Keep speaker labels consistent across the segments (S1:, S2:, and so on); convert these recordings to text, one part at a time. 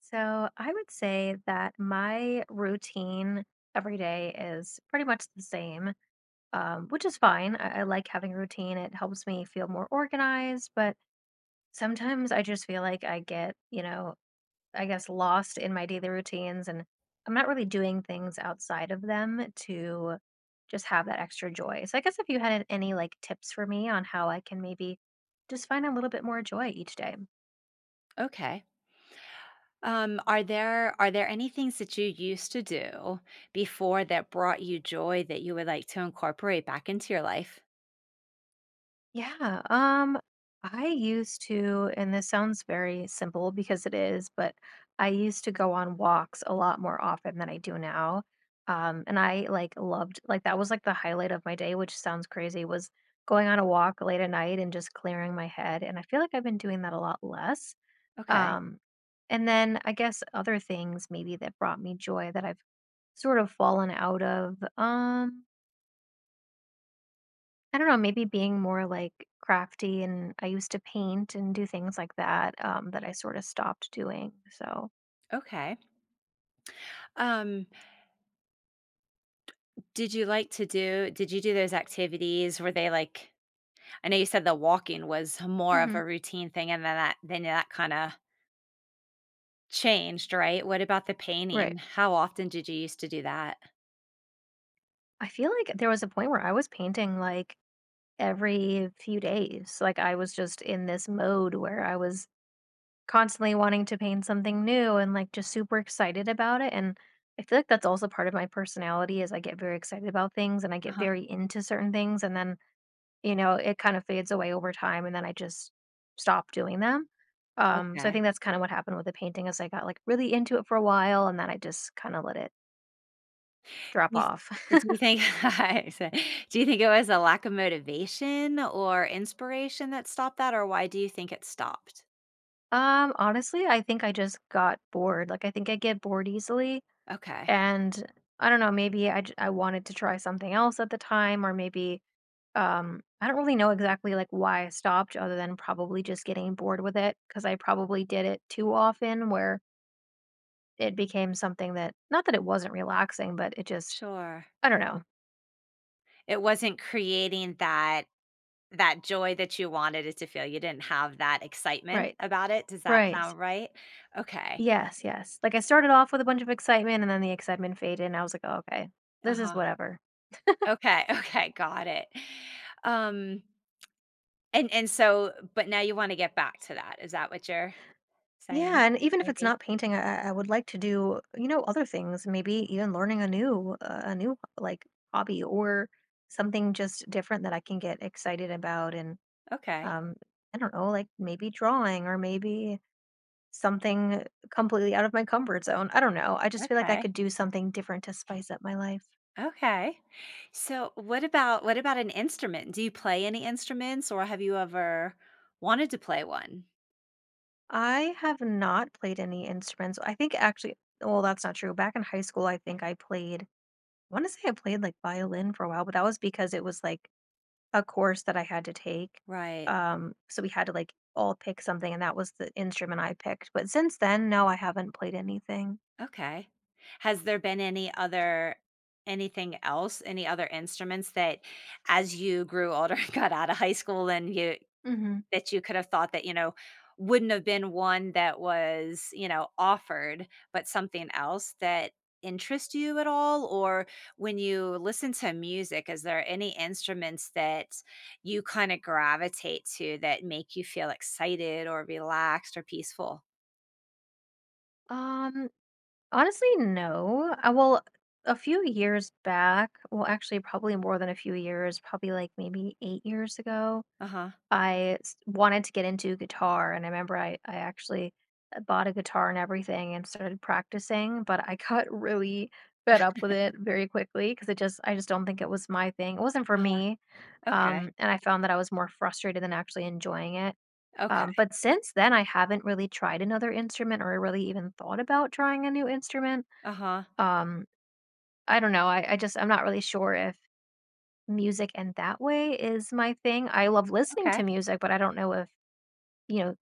S1: So I would say that my routine every day is pretty much the same, which is fine. I like having a routine. It helps me feel more organized, but sometimes I just feel like I get I guess lost in my daily routines and I'm not really doing things outside of them to just have that extra joy. So I guess if you had any like tips for me on how I can maybe just find a little bit more joy each day.
S2: Okay. Are there any things that you used to do before that brought you joy that you would like to incorporate back into your life?
S1: Yeah, I used to, and this sounds very simple because it is, but I used to go on walks a lot more often than I do now. And I like loved like that was like the highlight of my day, which sounds crazy, was going on a walk late at night and just clearing my head. And I feel like I've been doing that a lot less.
S2: Okay.
S1: Um, and then I guess other things maybe that brought me joy that I've sort of fallen out of. I don't know, maybe being more, like, crafty, and I used to paint and do things like that, that I sort of stopped doing, so.
S2: Okay. Um, did you do those activities? Were they like I know you said the walking was more of a
S1: Mhm.
S2: routine thing and then that kind of changed, right? What about the
S1: Right.
S2: painting? How often did you used to do that?
S1: I feel like there was a point where I was painting, like, every few days, like, I was just in this mode where I was constantly wanting to paint something new and, like, just super excited about it, and I feel like that's also part of my personality is I get very excited about things, and I get
S2: Uh-huh.
S1: very into certain things, and then you know, it kind of fades away over time, and then I just stop doing them. So I
S2: Okay.
S1: think that's kind of what happened with the painting is I got like really into it for a while and then I just kind of let it drop
S2: You th
S1: off.
S2: do you think I said do you think it was a lack of motivation or inspiration that stopped that, or why do you think it stopped?
S1: Honestly, I think I just got bored. Like I think I get bored easily
S2: Okay,
S1: and I don't know, maybe I wanted to try something else at the time or maybe I don't really know exactly like why I stopped other than probably just getting bored with it because I probably did it too often where it became something that not that it wasn't relaxing, but it just
S2: sure.
S1: I don't know.
S2: It wasn't creating that joy that you wanted it to feel, you didn't have that excitement
S1: Right.
S2: about it, does that
S1: Right.
S2: sound right? Okay,
S1: Yes, yes. Like, I started off with a bunch of excitement, and then the excitement faded, and I was like, "Oh, okay. This is
S2: uh-huh,
S1: whatever."
S2: okay, okay, got it. Um, and so but now you wanna get back to that, is that what you're saying?
S1: Yeah, and even if it's
S2: Maybe?
S1: not painting, I would like to do, you know, other things, maybe even learning a new, like, hobby or something just different that I can get excited about and,
S2: Okay,
S1: um, I don't know, like, maybe drawing or maybe something completely out of my comfort zone. I don't know. I just feel like I
S2: okay.
S1: could do something different to spice up my life.
S2: Okay. So what about an instrument? Do you play any instruments or have you ever wanted to play one?
S1: I have not played any instruments. I think actually, well, that's not true. Back in high school, I think I played, I want to say I played like violin for a while, but that was because it was like a course that I had to take.
S2: Right.
S1: So we had to like all pick something, and that was the instrument I picked. But since then, no, I haven't played anything.
S2: Okay. Has there been any other instruments that as you grew older, got out of high school and you
S1: Hmm.
S2: that you could have thought that, you know, wouldn't have been one that was, you know, offered, but something else that interests you at all? Or when you listen to music, is there any instruments that you kind of gravitate to that make you feel excited or relaxed or peaceful?
S1: Um, Honestly, no. Well, a few years back, well, actually, probably more than a few years, probably like maybe 8 years ago,
S2: Uh-huh.
S1: wanted to get into guitar. And I remember I actually bought a guitar and everything and started practicing, but I got really fed up with it very quickly because it just, I just don't think it was my thing. It wasn't for
S2: Uh-huh.
S1: me.
S2: Okay.
S1: And I found that I was more frustrated than actually enjoying it.
S2: Okay.
S1: But since then, I haven't really tried another instrument or really even thought about trying a new instrument.
S2: Uh-huh.
S1: um, I don't know, I just I'm not really sure if music in that way is my thing. I love listening to
S2: Okay.
S1: music, but I don't know if, you know,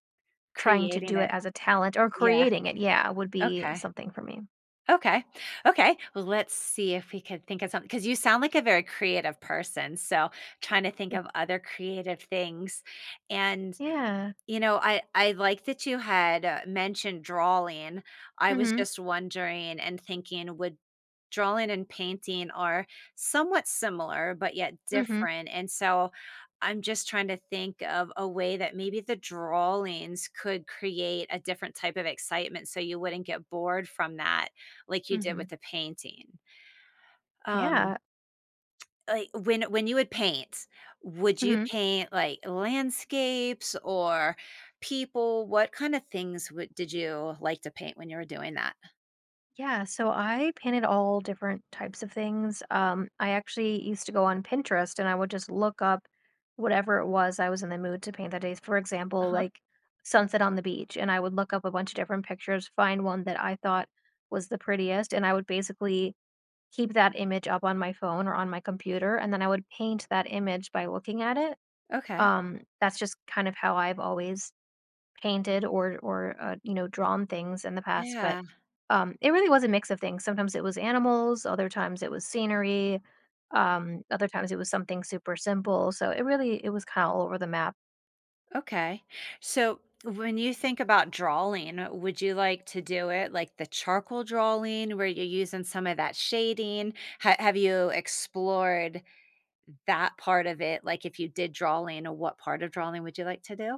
S1: trying to
S2: Creating
S1: do
S2: it.
S1: it as a talent or
S2: Yeah.
S1: creating it, yeah, would be
S2: Okay.
S1: something for me.
S2: Okay. Okay. Well, let's see if we could think of something because you sound like a very creative person. So, trying to think of other creative things. And
S1: Yeah.
S2: you know, I like that you had, mentioned drawing. I was
S1: Mhm.
S2: just wondering and thinking, would drawing and painting are somewhat similar, but yet
S1: Mhm.
S2: different, and so I'm just trying to think of a way that maybe the drawings could create a different type of excitement so you wouldn't get bored from that like you did
S1: Mhm.
S2: with the painting. Um
S1: Yeah.
S2: like, when you would paint, would you
S1: Mhm.
S2: paint, like, landscapes or people? What kinda things would did you like to paint when you were doing that?
S1: Yeah, so I painted all different types of things. I actually used to go on Pinterest and I would just look up whatever it was I was in the mood to paint that day. For example,
S2: Uh-huh.
S1: like sunset on the beach, and I would look up a bunch of different pictures, find one that I thought was the prettiest, and I would basically keep that image up on my phone or on my computer, and then I would paint that image by looking at it.
S2: Okay.
S1: That's just kind of how I've always painted or, you know, drawn things in the past, but
S2: Yeah,
S1: it really was a mix of things. Sometimes it was animals, other times it was scenery, other times it was something super simple, so it really it was kind of all over the map.
S2: okay. So, when you think about drawing, would you like to do it like the charcoal drawing where you're using some of that shading? Ha have you explored that part of it? Like, if you did drawing, what part of drawing would you like to do?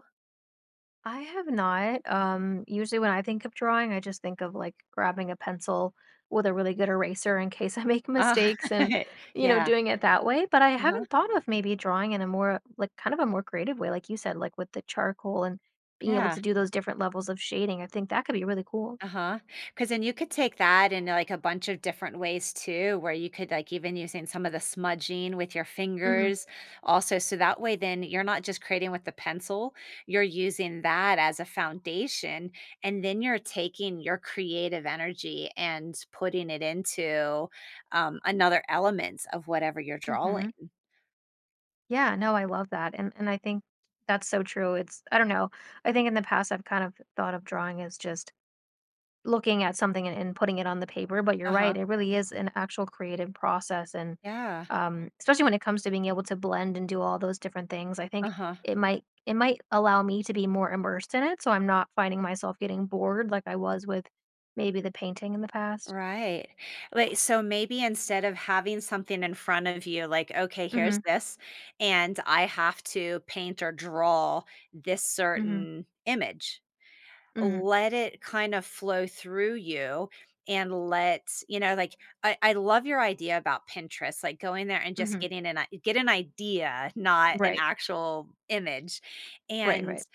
S1: I have not. Usually when I think of drawing, I just think of like grabbing a pencil with a really good eraser in case I make
S2: Ah,
S1: mistakes and, you know,
S2: yeah.
S1: doing it that way. But I
S2: Uh-huh.
S1: haven't thought of maybe drawing in a more like kind of a more creative way, like you said, like with the charcoal and being able to
S2: Yeah.
S1: do those different levels of shading. I think that could be really cool.
S2: Uh-huh. Huh. Because then you could take that in, like, a bunch of different ways too, where you could, like, even using some of the smudging with your
S1: Hmm.
S2: fingers also, so that way then you're not just creating with the pencil, you're using that as a foundation, and then you're taking your creative energy and putting it into, another element of whatever you're
S1: Hmm.
S2: drawing.
S1: Yeah, no, I love that. And I think that's so true. It's I don't know. I think in the past I've kind of thought of drawing as just looking at something and putting it on the paper, but you're right,
S2: Uh-huh.
S1: it really is an actual creative process and,
S2: Yeah.
S1: especially when it comes to being able to blend and do all those different things, I think
S2: Uh-huh.
S1: it might allow me to be more immersed in it, so I'm not finding myself getting bored like I was with maybe the painting in the past.
S2: Right. Like, so maybe instead of having something in front of you, like, okay, here's
S1: Mhm,
S2: this, and I have to paint or draw this
S1: mhm,
S2: certain image,
S1: mhm,
S2: let it kind of flow through you and let you know like I love your idea about Pinterest, like going there and just
S1: mhm.
S2: getting get an idea, not an
S1: Right,
S2: actual image,
S1: right,
S2: and
S1: right.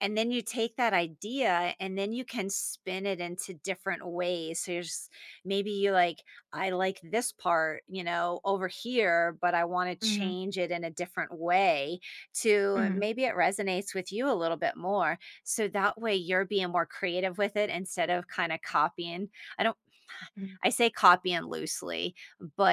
S2: then you take that idea and then you can spin it into different ways. So you're just, maybe you like, I like this part, you know, over here, but I want to
S1: Mhm,
S2: change it in a different way to
S1: mhm,
S2: maybe it resonates with you a little bit more. So that way you're being more creative with it instead of kind of copying. I don't,
S1: mhm.
S2: I say copying loosely,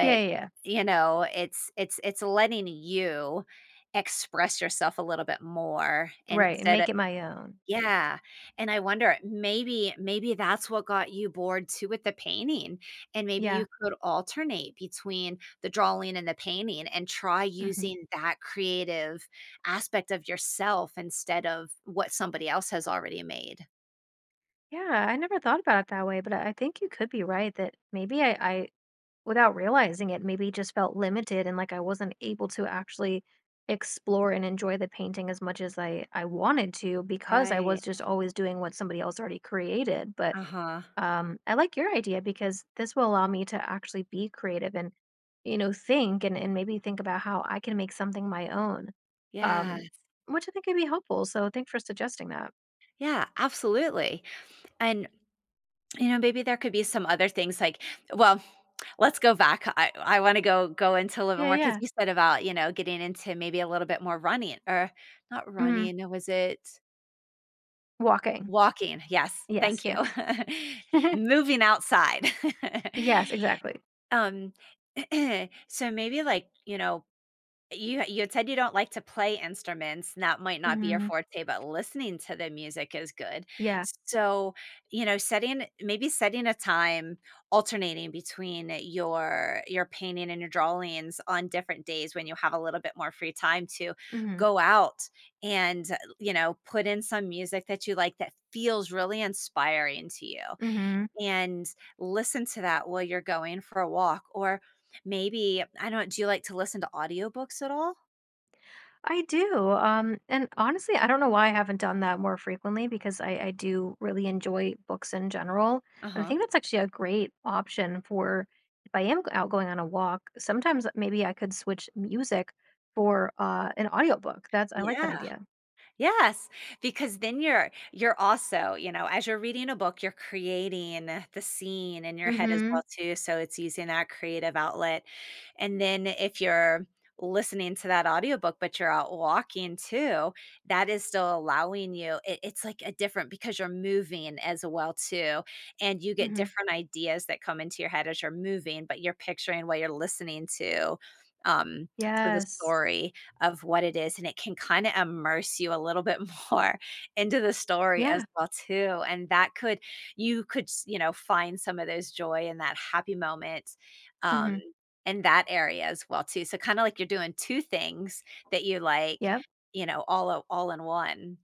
S1: Yeah, yeah, yeah.
S2: you know, it's letting you express yourself a little bit more
S1: Right, and
S2: instead.
S1: make it my own.
S2: Yeah, and I wonder, maybe that's what got you bored too with the painting, and maybe
S1: Yeah,
S2: you could alternate between the drawing and the painting and try
S1: mhm.
S2: using that creative aspect of yourself instead of what somebody else has already made.
S1: Yeah, I never thought about it that way, but I think you could be right that maybe I without realizing it, maybe just felt limited and like I wasn't able to actually explore and enjoy the painting as much as I wanted to because I was
S2: Right.
S1: just always doing what somebody else already created. But
S2: Uh-huh.
S1: I like your idea because this will allow me to actually be creative and you know think and maybe think about how I can make something my own.
S2: Yeah.
S1: Um which I think could be helpful. So thanks for suggesting that.
S2: Yeah, absolutely, and you know, maybe there could be some other things like, well, let's go back. I wanna go into a little bit
S1: Yeah,
S2: more because
S1: yeah.
S2: you said about, you know, getting into maybe a little bit more running or not
S1: Hmm.
S2: running, or was it
S1: Walking.
S2: walking? Yes,
S1: Yes,
S2: thank you.
S1: yes.
S2: Moving outside.
S1: Yes, exactly.
S2: Um, so maybe, like, you know, you had said you don't like to play instruments, and that might not be your
S1: Hmm.
S2: forte, but listening to the music is good.
S1: Yeah.
S2: So, you know, setting a time alternating between your painting and your drawings on different days when you have a little bit more free time to
S1: Hmm.
S2: go out and, you know, put in some music that you like that feels really inspiring to you
S1: Mhm.
S2: and listen to that while you're going for a walk or maybe I don't, do you like to listen to audiobooks at all?
S1: I do, and honestly, I don't know why I haven't done that more frequently because I do really enjoy books in general, and I
S2: Uh-huh.
S1: think that's actually a great option for if I am out going on a walk, sometimes maybe I could switch music for, an audiobook, that's I like that
S2: Yeah.
S1: idea.
S2: Yes, because then you're also, you know, as you're reading a book, you're creating the scene in your head as
S1: Mhm,
S2: well too, so it's using that creative outlet. And then if you're listening to that audiobook but you're out walking too, that is still allowing you it, it's like a different because you're moving as well too, and you get
S1: mhm.
S2: different ideas that come into your head as you're moving, but you're picturing what you're listening to, um to the
S1: Yes.
S2: story of what it is, and it can kinda immerse you a little bit more into the story as
S1: Yeah.
S2: well too, and that could, you could s you know, find some of those joy and that happy moment, um,
S1: Mhm.
S2: in that area as well too, so kinda like you're doing two things that you like,
S1: Yep.
S2: you know, all in one.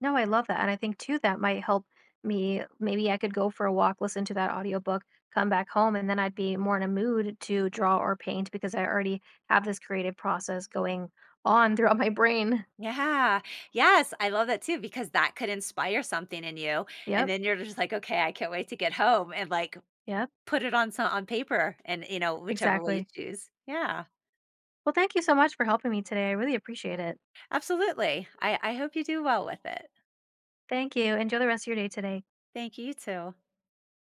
S1: No, I love that, and I think too that might help me maybe I could go for a walk, listen to that audiobook, come back home, and then I'd be more in a mood to draw or paint because I already have this creative process going on throughout my brain.
S2: Yeah. Yes, I love that too because that could inspire something in you, and
S1: Yep.
S2: then you're just like, "Okay, I can't wait to get home," and, like,
S1: Yep.
S2: put it on some on paper and, you know, whichever way you
S1: Exactly.
S2: choose. Yeah.
S1: Well, thank you so much for helping me today. I really appreciate it.
S2: Absolutely. I hope you do well with it.
S1: Thank you. Enjoy the rest of your day today.
S2: Thank you, you too.